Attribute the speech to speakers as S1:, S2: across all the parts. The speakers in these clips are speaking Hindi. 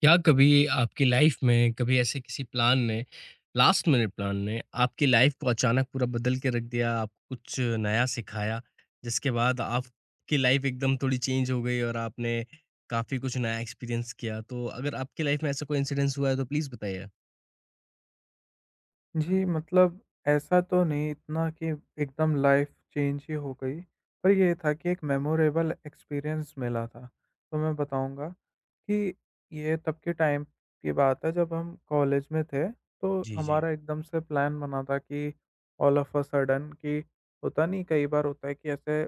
S1: क्या कभी आपकी लाइफ में कभी ऐसे किसी प्लान ने लास्ट मिनट प्लान ने आपकी लाइफ को अचानक पूरा बदल के रख दिया, आप कुछ नया सिखाया, जिसके बाद आपकी लाइफ एकदम थोड़ी चेंज हो गई और आपने काफ़ी कुछ नया एक्सपीरियंस किया? तो अगर आपकी लाइफ में ऐसा कोई इंसिडेंस हुआ है तो प्लीज़ बताइए?
S2: जी, मतलब ऐसा तो नहीं इतना कि एकदम लाइफ़ चेंज ही हो गई, पर ये था कि एक मेमोरेबल एक्सपीरियंस मिला था। तो मैं बताऊँगा कि ये तब के टाइम की बात है जब हम कॉलेज में थे, तो
S1: जी, जी।
S2: हमारा एकदम से प्लान बना था कि ऑल ऑफ अ सडन कि होता नहीं कई बार होता है कि ऐसे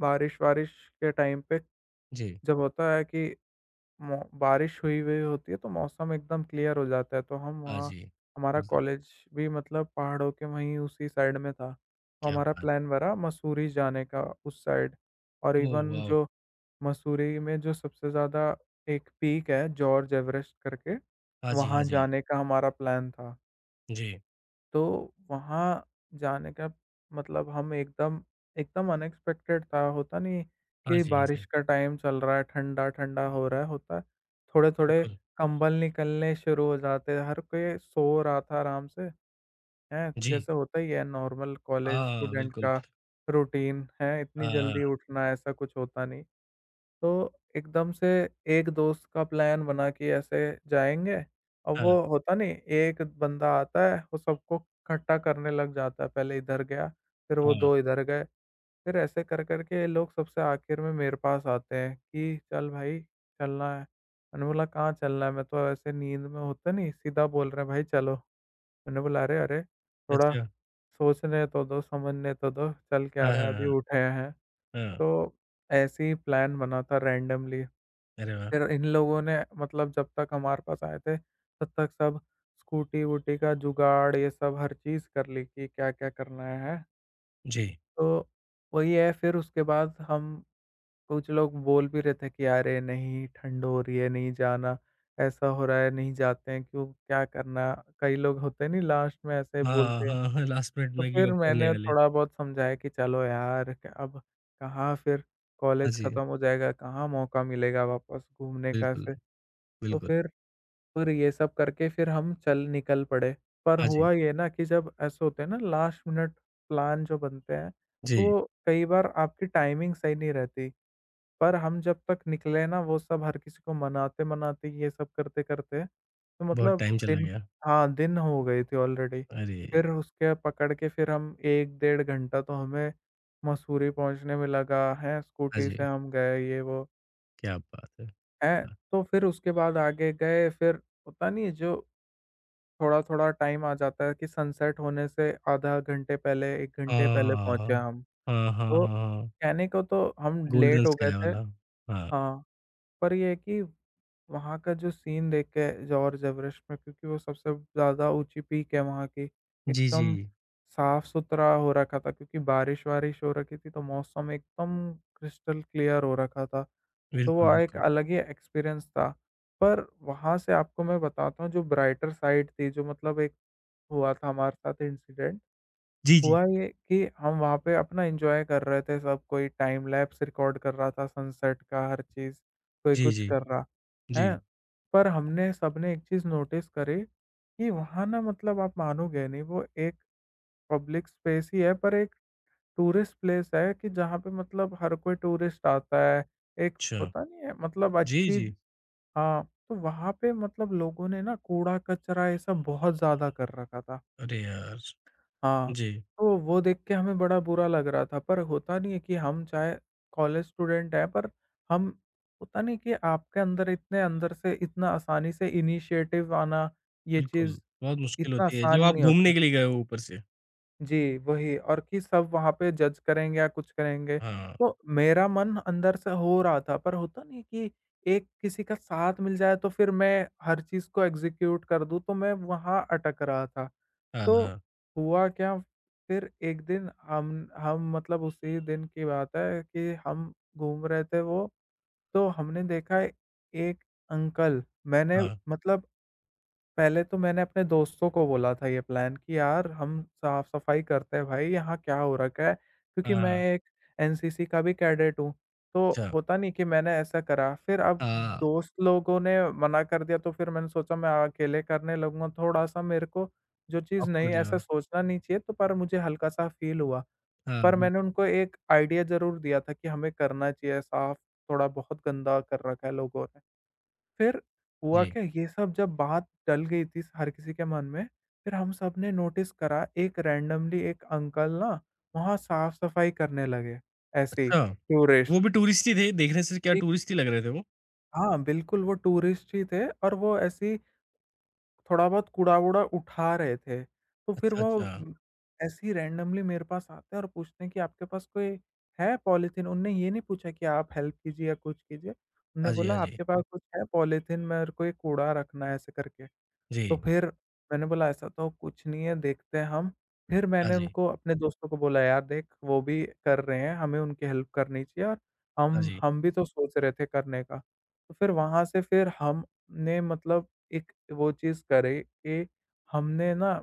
S2: बारिश-वारिश के टाइम पे
S1: जी।
S2: जब होता है कि मौ बारिश हुई हुई होती है, तो मौसम एकदम क्लियर हो जाता है, तो हम
S1: हाँ
S2: वहाँ
S1: जी।
S2: हमारा
S1: बिल्कुल।
S2: कॉलेज भी मतलब पहाड़ों के वहीं उसी साइड में था। तो
S1: क्या
S2: हमारा
S1: बात
S2: प्लान बना मसूरी जाने का उस साइड और
S1: है। Oh
S2: even
S1: wow!
S2: जो मसूरी में जो सबसे ज़्यादा एक पीक है जॉर्ज एवरेस्ट करके,
S1: हाँ जी,
S2: वहाँ
S1: हाँ जी।
S2: जाने का हमारा प्लान था।
S1: जी।
S2: तो वहाँ जाने का मतलब हम एकदम एकदम अनएक्सपेक्टेड था, होता नहीं है
S1: हाँ
S2: कि
S1: जी, हाँ
S2: बारिश
S1: जी।
S2: का टाइम चल रहा है, ठंडा-ठंडा हो रहा है, होता थोड़े-थोड़े
S1: बिल्कुल।
S2: कंबल निकलने शुरू हो जाते हैं, हर कोई सो रहा था आराम से, हैं?
S1: जी।
S2: जैसे होता ही है नॉर्मल कॉलेज
S1: हाँ,
S2: स्टूडेंट
S1: बिल्कुल।
S2: का रूटीन, हैं? इतनी
S1: हाँ,
S2: जल्दी उठना ऐसा कुछ होता नहीं। तो एकदम से एक दोस्त का प्लान बना कि ऐसे जाएँगे, अब
S1: हाँ।
S2: वो होता नहीं एक बंदा आता है, वो सबको इकट्ठा करने लग जाता है, पहले इधर गया, फिर वो
S1: हाँ, हाँ।
S2: 2 इधर गए। फिर ऐसे कर कर के ये लोग सबसे आखिर में मेरे पास आते हैं कि चल भाई चलना है। मैंने बोला कहाँ चलना है? मैं तो ऐसे नींद में होता नहीं सीधा बोल रहे हैं भाई चलो। मैंने बोला अरे! अरे! थोड़ा
S1: अच्छा।
S2: सोचने तो दो, समझने तो दो, चल क्या
S1: हाँ,
S2: रहा
S1: हाँ,
S2: है अभी
S1: हाँ।
S2: उठे हैं।
S1: हाँ।
S2: तो ऐसे ही प्लान बना था रैंडमली
S1: अरे वाह!
S2: फिर इन लोगों ने मतलब जब तक हमारे पास आए थे, तब तक सब स्कूटी-वूटी का जुगाड़ ये सब हर चीज़ कर ली कि क्या-क्या करना है।
S1: जी।
S2: तो वही है फिर उसके बाद हम कुछ लोग बोल भी रहे थे कि अरे नहीं ठंड हो रही है, नहीं जाना, ऐसा हो रहा है, नहीं जाते हैं क्यों, क्या करना? कई लोग होते नहीं लास्ट में ऐसे
S1: हाँ,
S2: बोलते हैं।
S1: हाँ, हाँ, लास्ट मिनट
S2: तो
S1: में गिव
S2: फिर
S1: अप करने
S2: मैंने
S1: वाले।
S2: थोड़ा बहुत समझाया कि चलो यार क अब कहाँ फिर
S1: हाँ
S2: कॉलेज
S1: जी,
S2: खत्म हो जाएगा, कहाँ मौका मिलेगा वापस घूमने का
S1: बिल्कुल,
S2: ऐसे। तो
S1: बिल्कुल।
S2: फिर ये सब करके फिर हम चल निकल पड़े। पर
S1: हाँ जी,
S2: हुआ ये ना कि जब ऐसे होते हैं ना लास्ट मिनट प्लान जो बनते हैं, तो
S1: जी,
S2: वो कई बार आपकी टाइमिंग सही नहीं रहती। पर हम जब तक निकले ना वो सब हर किसी को मनाते-मनाते ये सब करते-करते तो
S1: बहुत
S2: मतलब
S1: टाइम चला
S2: दिन
S1: गया।
S2: हाँ, दिन हो गए थे ऑलरेडी।
S1: अरे!
S2: फिर उसके पकड़ के फिर हम 1 डेढ़ घंटा तो हमें मसूरी पहुँचने में लगा, हैं,
S1: हाँ
S2: स्कूटी से
S1: जी,
S2: हम गए ये वो,
S1: क्या बात है।
S2: हैं।
S1: हाँ,
S2: तो फिर उसके बाद आगे गए फिर होता नहीं है जो थोड़ा-थोड़ा टाइम आ जाता है कि सनसेट होने से आधा घंटे पहले, 1 घंटे पहले पहुँचे
S1: हाँ,
S2: हम।
S1: हाँ, हाँ,
S2: तो
S1: हाँ,
S2: कहने को तो हम
S1: गोल्डन
S2: लेट हो गए
S1: स्काई
S2: थे
S1: वाला। हाँ,
S2: हाँ, पर ये है कि वहाँ का जो सीन देख के जॉर्ज एवरेस्ट में क्योंकि वो सबसे ज़्यादा ऊँची पीक है वहाँ की,
S1: जी, जी,
S2: एकदम साफ़-सुथरा हो रखा था क्योंकि बारिश-वारिश हो रखी थी, तो मौसम एकदम क्रिस्टल क्लियर हो रखा था। तो
S1: बिल्कुल,
S2: वो एक
S1: बिल्कुल।
S2: अलग ही एक्सपीरियंस था। पर वहाँ से आपको मैं बताता हूँ जो ब्राइटर साइड थी, जो मतलब एक हुआ था हमारे साथ इंसिडेंट
S1: जी, जी,
S2: हुआ ये कि हम वहाँ पे अपना एन्जॉय कर रहे थे सब, कोई टाइम लैप्स रिकॉर्ड कर रहा था सनसेट का हर चीज़, कोई
S1: जी,
S2: कुछ
S1: जी,
S2: कर रहा,
S1: जी,
S2: हैं? पर हमने सबने एक चीज़ नोटिस करी कि वहाँ ना मतलब आप मानोगे नहीं वो एक पब्लिक स्पेस ही है पर एक टूरिस्ट प्लेस है कि जहाँ पे मतलब हर कोई टूरिस्ट आता है, एक
S1: अच्छा।
S2: होता नहीं है मतलब
S1: जी,
S2: अच्छी
S1: जी,
S2: हाँ, तो वहाँ पे मतलब लोगों ने ना कूड़ा-कचरा ये सब बहुत ज़्यादा कर रखा था।
S1: अरे यार!
S2: हाँ,
S1: जी,
S2: तो वो देख के हमें बड़ा बुरा लग रहा था, पर होता नहीं है कि हम चाहे कॉलेज स्टूडेंट हैं, पर हम होता नहीं कि आपके अंदर इतने अंदर से इतना आसानी से इनिशिएटिव आना, ये
S1: बिल्कुल,
S2: चीज़
S1: बहुत मुश्किल
S2: इतना
S1: होती है,
S2: आसान
S1: जब आप
S2: नहीं
S1: घूमने
S2: होता।
S1: के लिए गए हो ऊपर से।
S2: जी, वही और कि सब वहाँ पे जज करेंगे या कुछ करेंगे,
S1: हाँ,
S2: तो मेरा मन अंदर से हो रहा था, पर होता नहीं है कि एक किसी का साथ मिल जाए तो फिर मैं हर चीज़ को एग्ज़ीक्यूट कर दूँ, तो मैं वहाँ अटक रहा था।
S1: हाँ,
S2: तो
S1: हाँ,
S2: हुआ क्या, फिर एक दिन हम मतलब उसी दिन की बात है कि हम घूम रहे थे वो, तो हमने देखा एक अंकल मैंने
S1: हाँ,
S2: मतलब पहले तो मैंने अपने दोस्तों को बोला था ये प्लान कि यार हम साफ-सफाई करते हैं भाई, यहाँ क्या हो रखा है?
S1: हाँ,
S2: क्योंकि
S1: हाँ,
S2: मैं
S1: हाँ।
S2: एक एनसीसी का भी कैडेट हूँ, तो
S1: अच्छा।
S2: होता नहीं कि मैंने ऐसा करा। फिर अब
S1: हाँ,
S2: दोस्त लोगों ने मना कर दिया तो फिर मैंने सोचा मैं अकेले करने लगूँगा, थोड़ा-सा मेरे को जो चीज़ नहीं
S1: ऑकवर्ड
S2: ऐसा
S1: लगा।
S2: सोचना नहीं चाहिए तो पर मुझे हल्का-सा फ़ील हुआ।
S1: हाँ,
S2: पर
S1: बिल्कुल,
S2: मैंने उनको एक आइडिया ज़रूर दिया था कि हमें करना चाहिए साफ, थोड़ा बहुत गंदा कर रखा है लोगों ने। फिर हुआ
S1: जी।
S2: क्या, ये सब जब बात डल गई थी हर किसी के मन में, फिर हम सब ने नोटिस करा एक रैंडमली एक अंकल ना वहाँ साफ-सफाई करने लगे, ऐसे ही,
S1: अच्छा। वो
S2: टूरिस्ट।
S1: भी टूरिस्ट ही थे? देखने से क्या
S2: जी।
S1: टूरिस्ट ही लग रहे थे वो?
S2: हाँ, बिल्कुल वो टूरिस्ट ही थे और वो ऐसे ही थोड़ा बहुत कूड़ा-वूड़ा उठा रहे थे। तो फिर
S1: अच्छा,
S2: वो
S1: अच्छा।
S2: ऐसे ही रैंडमली मेरे पास आते हैं और पूछते हैं कि आपके पास कोई है पॉलीथीन? उनने ये नहीं पूछा कि आप हेल्प कीजिए या कुछ कीजिए। उन्होंने
S1: हाँ जी,
S2: बोला
S1: हाँ जी।
S2: आपके पास कुछ है पॉलीथीन में और कोई कूड़ा रखना है ऐसे करके। तो
S1: जी,
S2: फिर मैंने बोला ऐसा तो कुछ नहीं है, देखते हैं हम। फिर
S1: हाँ
S2: मैंने
S1: जी,
S2: उनको अपने दोस्तों को बोला यार देख वो भी कर रहे हैं, हमें उनकी हेल्प करनी चाहिए और
S1: हाँ
S2: हम
S1: जी,
S2: हम भी तो सोच रहे थे करने का। तो फिर वहाँ से फिर हमने मतलब एक वो चीज़ करी कि हमने ना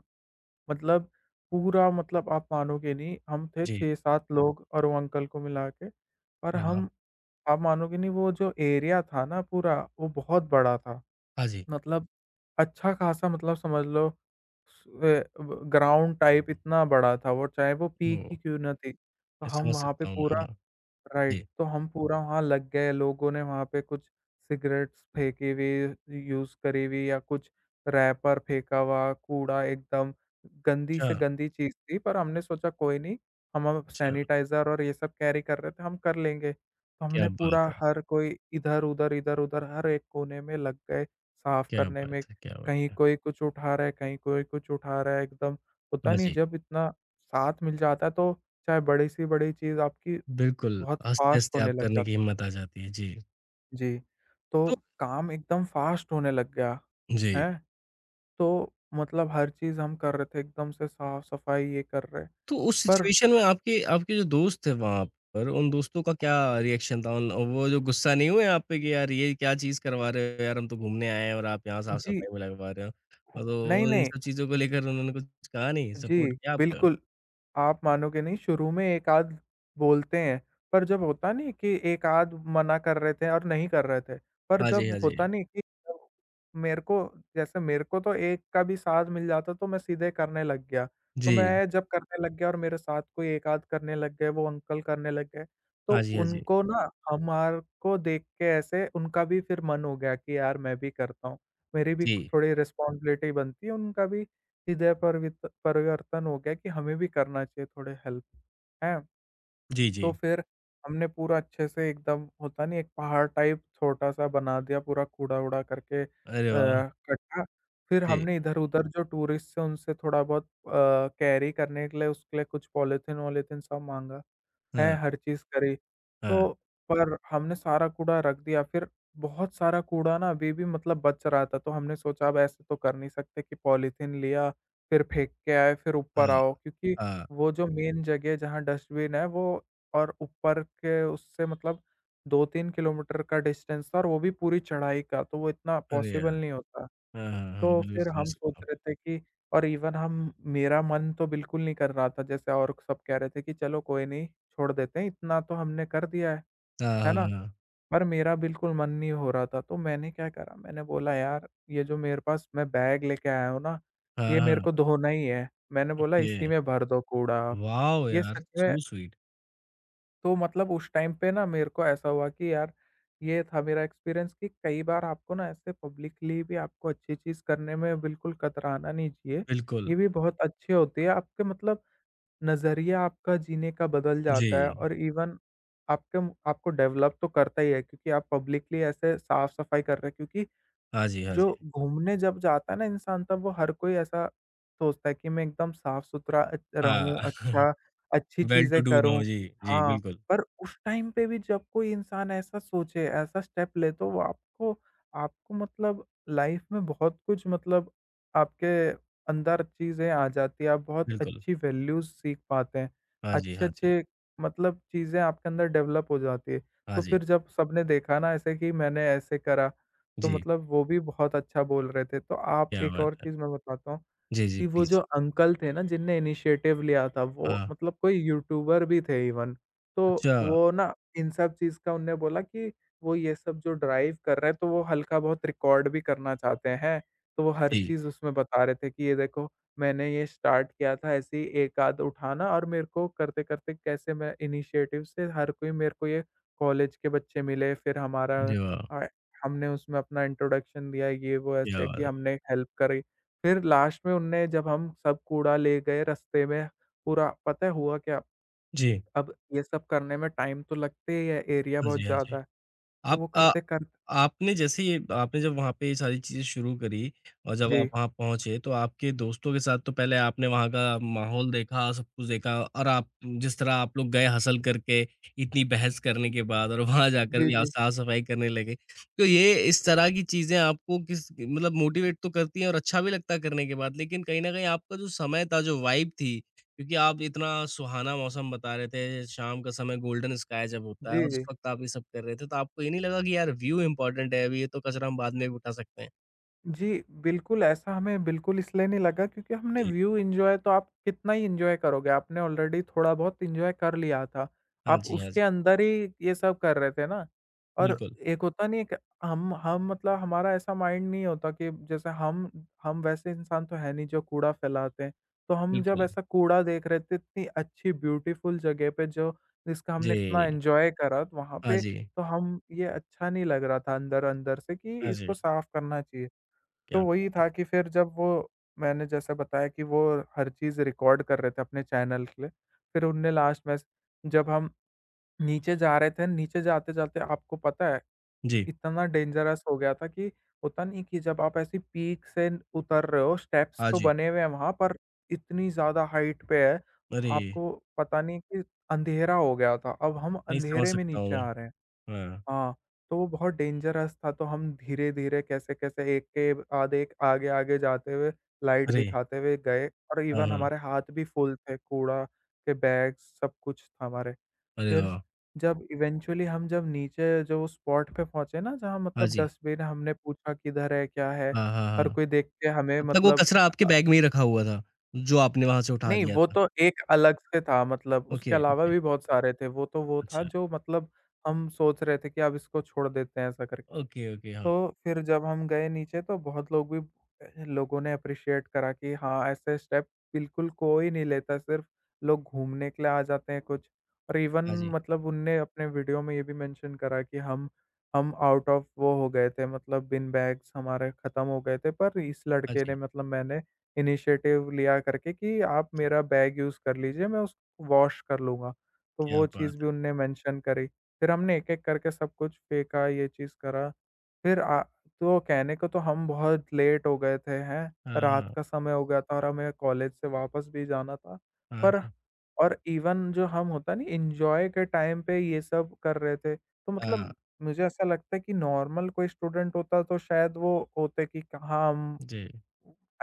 S2: मतलब पूरा मतलब आप मानोगे नहीं, हम थे
S1: जी।
S2: 6-7 लोग और वो अंकल को मिला के और
S1: अरे वाह!
S2: हम आप मानोगे नहीं वो जो एरिया था ना पूरा, वो बहुत बड़ा था।
S1: हाँ जी,
S2: मतलब अच्छा-खासा मतलब समझ लो स ए, ब ग्राउंड टाइप इतना बड़ा था वो, चाहे वो पीक
S1: ओह!
S2: ही क्यों ना थी। तो
S1: ये
S2: हम
S1: समझ
S2: वहाँ पे
S1: सकता हूँ मैं,
S2: पूरा
S1: हाँ।
S2: राइट,
S1: जी,
S2: तो हम पूरा वहाँ लग गए, लोगों ने वहाँ पे कुछ सिगरेट्स फेंकी हुई, यूज़ करी हुई या कुछ रैपर फेंका हुआ, कूड़ा एकदम गंदी
S1: अच्छा,
S2: से गंदी चीज़ थी, पर हमने सोचा कोई नहीं, हम अब
S1: अच्छा।
S2: सैनिटाइज़र और ये सब कैरी कर रहे थे, हम कर लेंगे। तो
S1: क्या
S2: हमने
S1: बात
S2: पूरा
S1: है,
S2: हर कोई इधर-उधर, इधर-उधर हर एक कोने में लग गए साफ़
S1: क्या
S2: करने में,
S1: बात है, क्या
S2: कहीं
S1: बात है।
S2: कोई कुछ उठा रहा है, कहीं कोई कुछ उठा रहा है, एकदम होता
S1: हाँ
S2: नहीं है
S1: जी,
S2: जब इतना साथ मिल जाता है तो चाहे बड़ी से बड़ी चीज़ आपकी
S1: बिल्कुल,
S2: बहुत फ़ास्ट
S1: हँसते-हँसते
S2: होने
S1: आप
S2: लग
S1: करने
S2: जाता
S1: की हिम्मत आ जाती है। जी,
S2: जी, तो
S1: तो
S2: काम एकदम फ़ास्ट होने लग गया,
S1: जी।
S2: हैं? तो मतलब हर चीज़ हम कर रहे थे एकदम से साफ-सफाई ये कर रहे
S1: तो उस
S2: पर
S1: सिचुएशन में आपके आपके जो दोस्त थे वहाँ पर, उन दोस्तों का क्या रिएक्शन था? उन वो जो गुस्सा नहीं हुए आप पे कि यार ये क्या चीज़ करवा रहे हो यार, हम तो घूमने आए हैं और आप यहाँ
S2: जी,
S1: साफ-सफाई में लगवा रहे हो।
S2: हु-
S1: और
S2: नहीं,
S1: तो इन
S2: नहीं।
S1: सब चीज़ों को लेकर उन्होंने कुछ कहा नहीं? सपोर्ट
S2: जी,
S1: किया आपका?
S2: बिल्कुल। आप मानोगे नहीं शुरू में एक आध बोलते हैं, पर जब होता नहीं कि एक आध मना कर रहे थे और नहीं कर रहे थे, पर
S1: हाँ जी,
S2: जब
S1: हाँ जी।
S2: होता नहीं कि जब मेरे को जैसे मेरे को तो एक का भी साथ मिल जाता तो मैं सीधे करने लग गया। तो
S1: जी।
S2: मैं जब करने लग गया और मेरे साथ कोई एक आध करने लग गए, वो अंकल करने लग गए, तो
S1: हाँ जी, हाँ जी।
S2: उनको ना हमारे को देख के ऐसे उनका भी फिर मन हो गया कि यार मैं भी करता हूँ। मेरी भी
S1: जी।
S2: थोड़ी रिस्पॉन्सिबिलिटी बनती है, उनका भी इधर परवित परिवर्तन हो गया कि हमें भी करना चाहिए थोड़े हेल्प, हैं?
S1: जी,
S2: तो
S1: जी।
S2: फिर हमने पूरा अच्छे से एकदम होता नहीं एक पहाड़ टाइप छोटा-सा बना दिया पूरा कूड़ा-वूड़ा करके
S1: अरे वाह!
S2: इकट्ठा। फिर
S1: जी।
S2: हमने इधर-उधर जो टूरिस्ट हैं उनसे थोड़ा बहुत कैरी करने के लिए उसके लिए कुछ पॉलीथीन-वॉलीथीन सब माँगा। है,
S1: हाँ,
S2: हर चीज़ करी।
S1: हाँ,
S2: तो पर हमने सारा कूड़ा रख दिया, फिर बहुत सारा कूड़ा ना अभी भी मतलब बच रहा था, तो हमने सोचा अब ऐसे तो कर नहीं सकते कि पॉलीथीन लिया, फिर फेंक के आए, फिर ऊपर
S1: हाँ,
S2: आओ। क्योंकि
S1: हाँ।
S2: वो जो मेन जगह है जहाँ डस्टबिन है वो और ऊपर के उससे मतलब 2-3 किलोमीटर का डिस्टेंस था और वो भी पूरी चढ़ाई का, तो वो इतना
S1: अरे
S2: पॉसिबल
S1: यार!
S2: नहीं होता।
S1: हाँ, हाँ, हाँ। हाँ,
S2: तो
S1: बिल्कुल
S2: फिर
S1: समझ
S2: हम सोच
S1: सकता हूँ।
S2: रहे थे कि और इवन हम मेरा मन तो बिल्कुल नहीं कर रहा था जैसे और सब कह रहे थे कि चलो कोई नहीं छोड़ देते हैं इतना तो हमने कर दिया
S1: हाँ,
S2: है
S1: हाँ,
S2: ना?
S1: हाँ।
S2: पर मेरा बिल्कुल मन नहीं हो रहा था, तो मैंने क्या करा? मैंने बोला, यार, ये जो मेरे पास मैं बैग लेके आया हूँ ना,
S1: हाँ,
S2: ये मेरे
S1: हाँ।
S2: को धोना ही है। मैंने बोला,
S1: ओके।
S2: इसी में भर दो कूड़ा आप।
S1: वॉव
S2: ये
S1: यार!
S2: सच में।
S1: So sweet.
S2: तो मतलब उस टाइम पे ना मेरे को ऐसा हुआ कि यार, ये था मेरा एक्सपीरियंस कि कई बार आपको ना ऐसे पब्लिकली भी आपको अच्छी चीज़ करने में बिल्कुल कतराना नहीं चाहिए।
S1: बिल्कुल।
S2: ये भी बहुत अच्छी होती है आपके, मतलब, नज़रिया आपका जीने का बदल
S1: जी।
S2: जाता है, और इवन आपके म आपको डेवलप तो करता ही है, क्योंकि आप पब्लिकली ऐसे साफ-सफाई कर रहे हैं, क्योंकि
S1: हाँ जी, हाँ
S2: जो
S1: जी।
S2: घूमने जब जाता है ना इंसान, तब वो हर कोई ऐसा सोचता है कि मैं एकदम साफ-सुथरा
S1: हाँ,
S2: रहूँ, अच्छा, अच्छी
S1: वेल टू
S2: चीज़ें
S1: डू नो
S2: करूँ।
S1: जी, जी
S2: हाँ,
S1: बिल्कुल,
S2: पर उस टाइम पे भी जब कोई इंसान ऐसा सोचे, ऐसा स्टेप ले, तो वो आपको आपको मतलब लाइफ में बहुत कुछ, मतलब, आपके अंदर चीज़ें आ जाती हैं। आप बहुत
S1: बिल्कुल।
S2: अच्छी वैल्यूज़ सीख पाते हैं।
S1: हाँ जी, हाँ जी,
S2: अच्छे-अच्छे, मतलब, चीज़ें आपके अंदर डेवलप हो जाती है। तो
S1: हाँ जी।
S2: फिर जब सबने देखा ना ऐसे कि मैंने ऐसे करा, तो
S1: जी,
S2: मतलब वो भी बहुत अच्छा बोल रहे थे। तो आप,
S1: क्या
S2: एक
S1: बात
S2: और
S1: है।
S2: चीज़ मैं बताता हूँ,
S1: जी, जी
S2: कि वो जो
S1: प्लीज़।
S2: अंकल थे ना जिनने इनिशिएटिव लिया था, वो
S1: हाँ,
S2: मतलब कोई यूट्यूबर भी थे इवन। तो
S1: अच्छा,
S2: वो ना इन सब चीज़ का उनने बोला कि वो ये सब जो ड्राइव कर रहे हैं, तो वो हल्का-बहुत रिकॉर्ड भी करना चाहते हैं। तो वो हर
S1: जी।
S2: चीज़ उसमें बता रहे थे कि ये देखो, मैंने ये स्टार्ट किया था ऐसे ही एक-आध उठाना, और मेरे को करते-करते कैसे मैं इनिशिएटिव से, हर कोई मेरे को ये, कॉलेज के बच्चे मिले, फिर
S1: अरे वाह!
S2: अ, हमने उसमें अपना इंट्रोडक्शन दिया, ये वो
S1: क्या
S2: ऐसे
S1: बात
S2: कि
S1: है।
S2: हमने हेल्प करी। फिर लास्ट में उनने, जब हम सब कूड़ा ले गए रास्ते में, पूरा पता है हुआ क्या?
S1: जी,
S2: अब ये सब करने में टाइम तो लगते ही है, एरिया
S1: हाँ जी,
S2: बहुत
S1: हाँ जी।
S2: ज़्यादा है, तो
S1: आप
S2: वो करते-करते।
S1: आपने जैसे ये आपने जब वहाँ पे ये सारी चीज़ें शुरू करी और जब हुँ। आप
S2: जी।
S1: वहाँ पहुँचे तो आपके दोस्तों के साथ तो पहले आपने वहाँ का माहौल देखा, सब कुछ देखा और आप जिस तरह आप लोग गए हसल करके इतनी बहस करने के बाद और वहाँ जाकर
S2: जी,
S1: भी हुँ। आप
S2: जी।
S1: साफ-सफाई करने लगे। तो ये इस तरह की चीज़ें आपको किस मतलब मोटिवेट तो करती हैं और अच्छा भी लगता है करने के बाद, लेकिन कहीं न कहीं आपका जो समय था, जो वाइब थी, क्योंकि आप इतना सुहाना मौसम बता रहे थे, शाम का समय गोल्डन स्काई जब होता है
S2: जी,
S1: और उस
S2: जी।
S1: वक़्त आप ये सब कर रहे थे, तो आपको ये नहीं लगा कि यार व्यू इम्पोर्टेंट है, अभी ये तो कचरा हम बाद में भी उठा सकते हैं?
S2: जी, बिल्कुल ऐसा, हमें बिल्कुल इसलिए नहीं लगा क्योंकि हमने
S1: जी।
S2: व्यू एन्जॉय, तो आप कितना ही एन्जॉय करोगे, आपने ऑलरेडी थोड़ा बहुत एन्जॉय कर लिया था।
S1: हाँ
S2: आप
S1: जी, हाँ जी।
S2: उसके अंदर ही ये सब कर रहे थे ना। और
S1: बिल्कुल,
S2: एक होता नहीं है कि हम मतलब हमारा ऐसा माइंड नहीं होता कि जैसे हम वैसे इंसान तो है नहीं जो कूड़ा फैलाते हैं। तो हम जब
S1: बिल्कुल।
S2: ऐसा कूड़ा देख रहे थे, इतनी अच्छी ब्यूटीफुल जगह पे, जो जिसका हमने इतना
S1: जी।
S2: एन्जॉय करा, तो वहाँ
S1: हाँ
S2: पे,
S1: जी,
S2: तो हम, ये अच्छा नहीं लग रहा था अंदर-अंदर से कि
S1: हाँ
S2: इसको
S1: जी।
S2: साफ करना चाहिए। तो
S1: क्या
S2: वही
S1: बात है।
S2: था कि फिर जब वो, मैंने जैसे बताया कि वो हर चीज़ रिकॉर्ड कर रहे थे अपने चैनल के लिए, फिर उनने लास्ट में, जब हम नीचे जा रहे थे, नीचे जाते-जाते आपको पता है,
S1: जी,
S2: इतना डेंजरस हो गया था कि, होता नहीं कि जब आप ऐसी पीक से उतर रहे हो, स्टेप्स
S1: हाँ
S2: तो
S1: जी।
S2: बने हुए हैं वहाँ पर, इतनी ज़्यादा हाइट पे है,
S1: अरे!
S2: आपको पता नहीं, कि अंधेरा हो गया था। अब हम
S1: नहीं समझ
S2: अंधेरे में
S1: सकता हूँ
S2: नीचे आ रहे हैं।
S1: मैं। हाँ।
S2: हाँ, तो वो बहुत डेंजरस था, तो हम धीरे-धीरे, कैसे-कैसे, एक के बाद एक, आगे-आगे जाते हुए, लाइट
S1: अरे!
S2: दिखाते हुए गए, और
S1: हाँ,
S2: इवन
S1: हाँ।
S2: हमारे हाथ भी फुल थे, कूड़ा के बैग्स सब कुछ था हमारे।
S1: अरे
S2: फिर
S1: वाह!
S2: जब इवेंचुअली हम, जब नीचे जो वो स्पॉट पे पहुँचे ना, जहाँ
S1: हाँ
S2: मतलब
S1: जी।
S2: डस्टबिन, हमने पूछा किधर है, क्या है?
S1: हाँ, हाँ,
S2: हर
S1: हाँ।
S2: कोई देख के हमें,
S1: तब तक वो
S2: मतलब,
S1: कचरा आपके
S2: अ,
S1: बैग में ही रखा हुआ था, जो आपने वहाँ से उठा
S2: नहीं,
S1: लिया
S2: वो
S1: था।
S2: तो एक अलग से था, मतलब उसके
S1: ओके,
S2: अलावा
S1: ओके।
S2: भी बहुत सारे थे। वो तो वो था
S1: अच्छा।
S2: जो, मतलब, हम सोच रहे थे कि अब इसको छोड़ देते हैं ऐसा करके।
S1: Okay, okay. हाँ।
S2: तो फिर जब हम गए नीचे, तो बहुत लोग भी, लोगों ने अप्रिशिएट करा कि हाँ, ऐसे स्टेप बिल्कुल कोई नहीं लेता, सिर्फ़ लोग घूमने के लिए आ जाते हैं कुछ। और इवन,
S1: हाँ जी,
S2: मतलब उनने अपने वीडियो में ये भी मेंशन करा कि हम आउट ऑफ वो हो गए थे, मतलब बिन बैग्स हमारे ख़त्म हो गए थे, पर इस
S1: हाँ
S2: लड़के ने,
S1: जी।
S2: मतलब मैंने, इनिशिएटिव लिया करके कि आप मेरा बैग यूज़ कर लीजिए, मैं उसको वॉश कर लूँगा। तो
S1: क्या
S2: वो चीज़
S1: बात
S2: भी
S1: है!
S2: उनने मेंशन करी। फिर हमने एक-एक करके सब कुछ फेंका, ये चीज़ करा। फिर आ तो कहने को तो हम बहुत लेट हो गए थे, हैं? रात
S1: हाँ,
S2: का समय हो गया था और हमें कॉलेज से वापस भी जाना था। पर,
S1: हाँ,
S2: और इवन जो हम, होता नहीं, एन्जॉय के टाइम पे ये सब कर रहे थे। तो
S1: हाँ।
S2: मतलब, मुझे ऐसा लगता है कि नॉर्मल कोई स्टूडेंट होता तो शायद वो होते कि कहाँ हम,
S1: जी,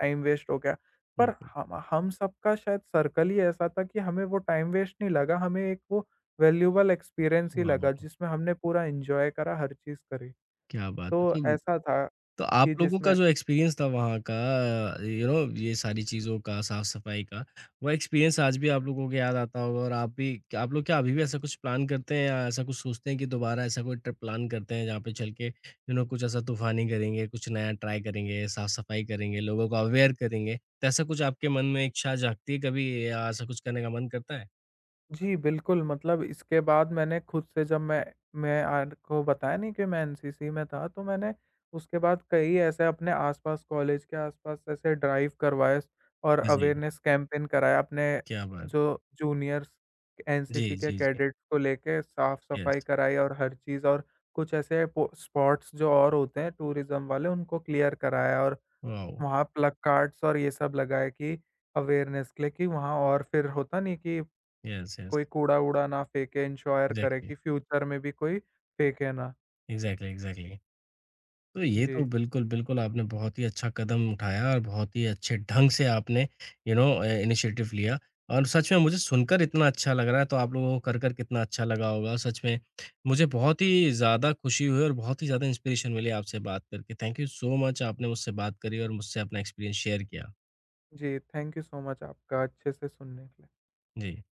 S2: टाइम वेस्ट हो गया। पर
S1: बिल्कुल।
S2: हम सबका शायद सर्कल ही ऐसा था कि हमें वो टाइम वेस्ट नहीं लगा, हमें एक वो वैल्यूएबल एक्सपीरियंस
S1: वाह,
S2: ही
S1: वाह,
S2: लगा,
S1: वाह!
S2: जिसमें हमने पूरा एन्जॉय करा, हर चीज़ करी।
S1: क्या बात
S2: तो
S1: है! तो
S2: ऐसा था
S1: तो आप
S2: कि
S1: लोगों का
S2: जिसमें।
S1: जो एक्सपीरियंस था वहाँ का, ये सारी चीज़ों का, साफ-सफाई का, वो एक्सपीरियंस आज भी आप लोगों को याद आता होगा, और आप भी क्या आप लोग क्या अभी भी ऐसा कुछ प्लान करते हैं या ऐसा कुछ सोचते हैं कि दोबारा ऐसा कोई ट्रिप प्लान करते हैं जहाँ पे चल के कुछ ऐसा तूफ़ानी करेंगे, कुछ नया ट्राई करेंगे, साफ-सफाई करेंगे, लोगों को अवेयर करेंगे? तो ऐसा कुछ आपके मन में इच्छा जागती है कभी या ऐसा कुछ करने का मन करता है?
S2: जी, बिल्कुल, मतलब इसके बाद, मैंने खुद से, जब मैं आपको बताया नहीं कि मैं एनसीसी में था, तो मैंने उसके बाद कई ऐसे अपने आस-पास, कॉलेज के आस-पास, ऐसे ड्राइव करवाए और
S1: हाँ जी,
S2: अवेयरनेस कैंपेन कराया, अपने
S1: क्या बात
S2: जो
S1: है!
S2: जूनियर्स, एनसीसी
S1: जी,
S2: के
S1: जी, जी।
S2: कैडेट्स को लेके
S1: यस,
S2: साफ-सफाई कराई और हर चीज़, और कुछ ऐसे पो स्पॉट्स जो और होते हैं टूरिज़्म वाले, उनको क्लियर कराया और
S1: वाओ!
S2: वहाँ प्लकार्ड्स और ये सब लगाए, कि अवेयरनेस के लिए, कि वहाँ और फिर होता नहीं कि
S1: यस, यस।
S2: कोई कूड़ा-वूड़ा ना फेंके, इंश्योर करे
S1: एग्ज़ैक्टली,
S2: कि फ्यूचर में भी कोई फेंके ना।
S1: Exactly, exactly. तो ये तो
S2: जी,
S1: बिल्कुल, बिल्कुल आपने बहुत ही अच्छा कदम उठाया और बहुत ही अच्छे ढंग से आपने इनिशिएटिव लिया, और सच में मुझे सुनकर इतना अच्छा लग रहा है, तो आप लोगों को कर कर कितना अच्छा लगा होगा। सच में मुझे बहुत ही ज़्यादा खुशी हुई और बहुत ही ज़्यादा इंस्पिरेशन मिली आपसे बात करके। थैंक यू सो मच आपने मुझसे बात करी और मुझसे अपना एक्सपीरियंस शेयर किया।
S2: जी, थैंक यू सो मच आपका अच्छे से सुनने के लिए।
S1: जी।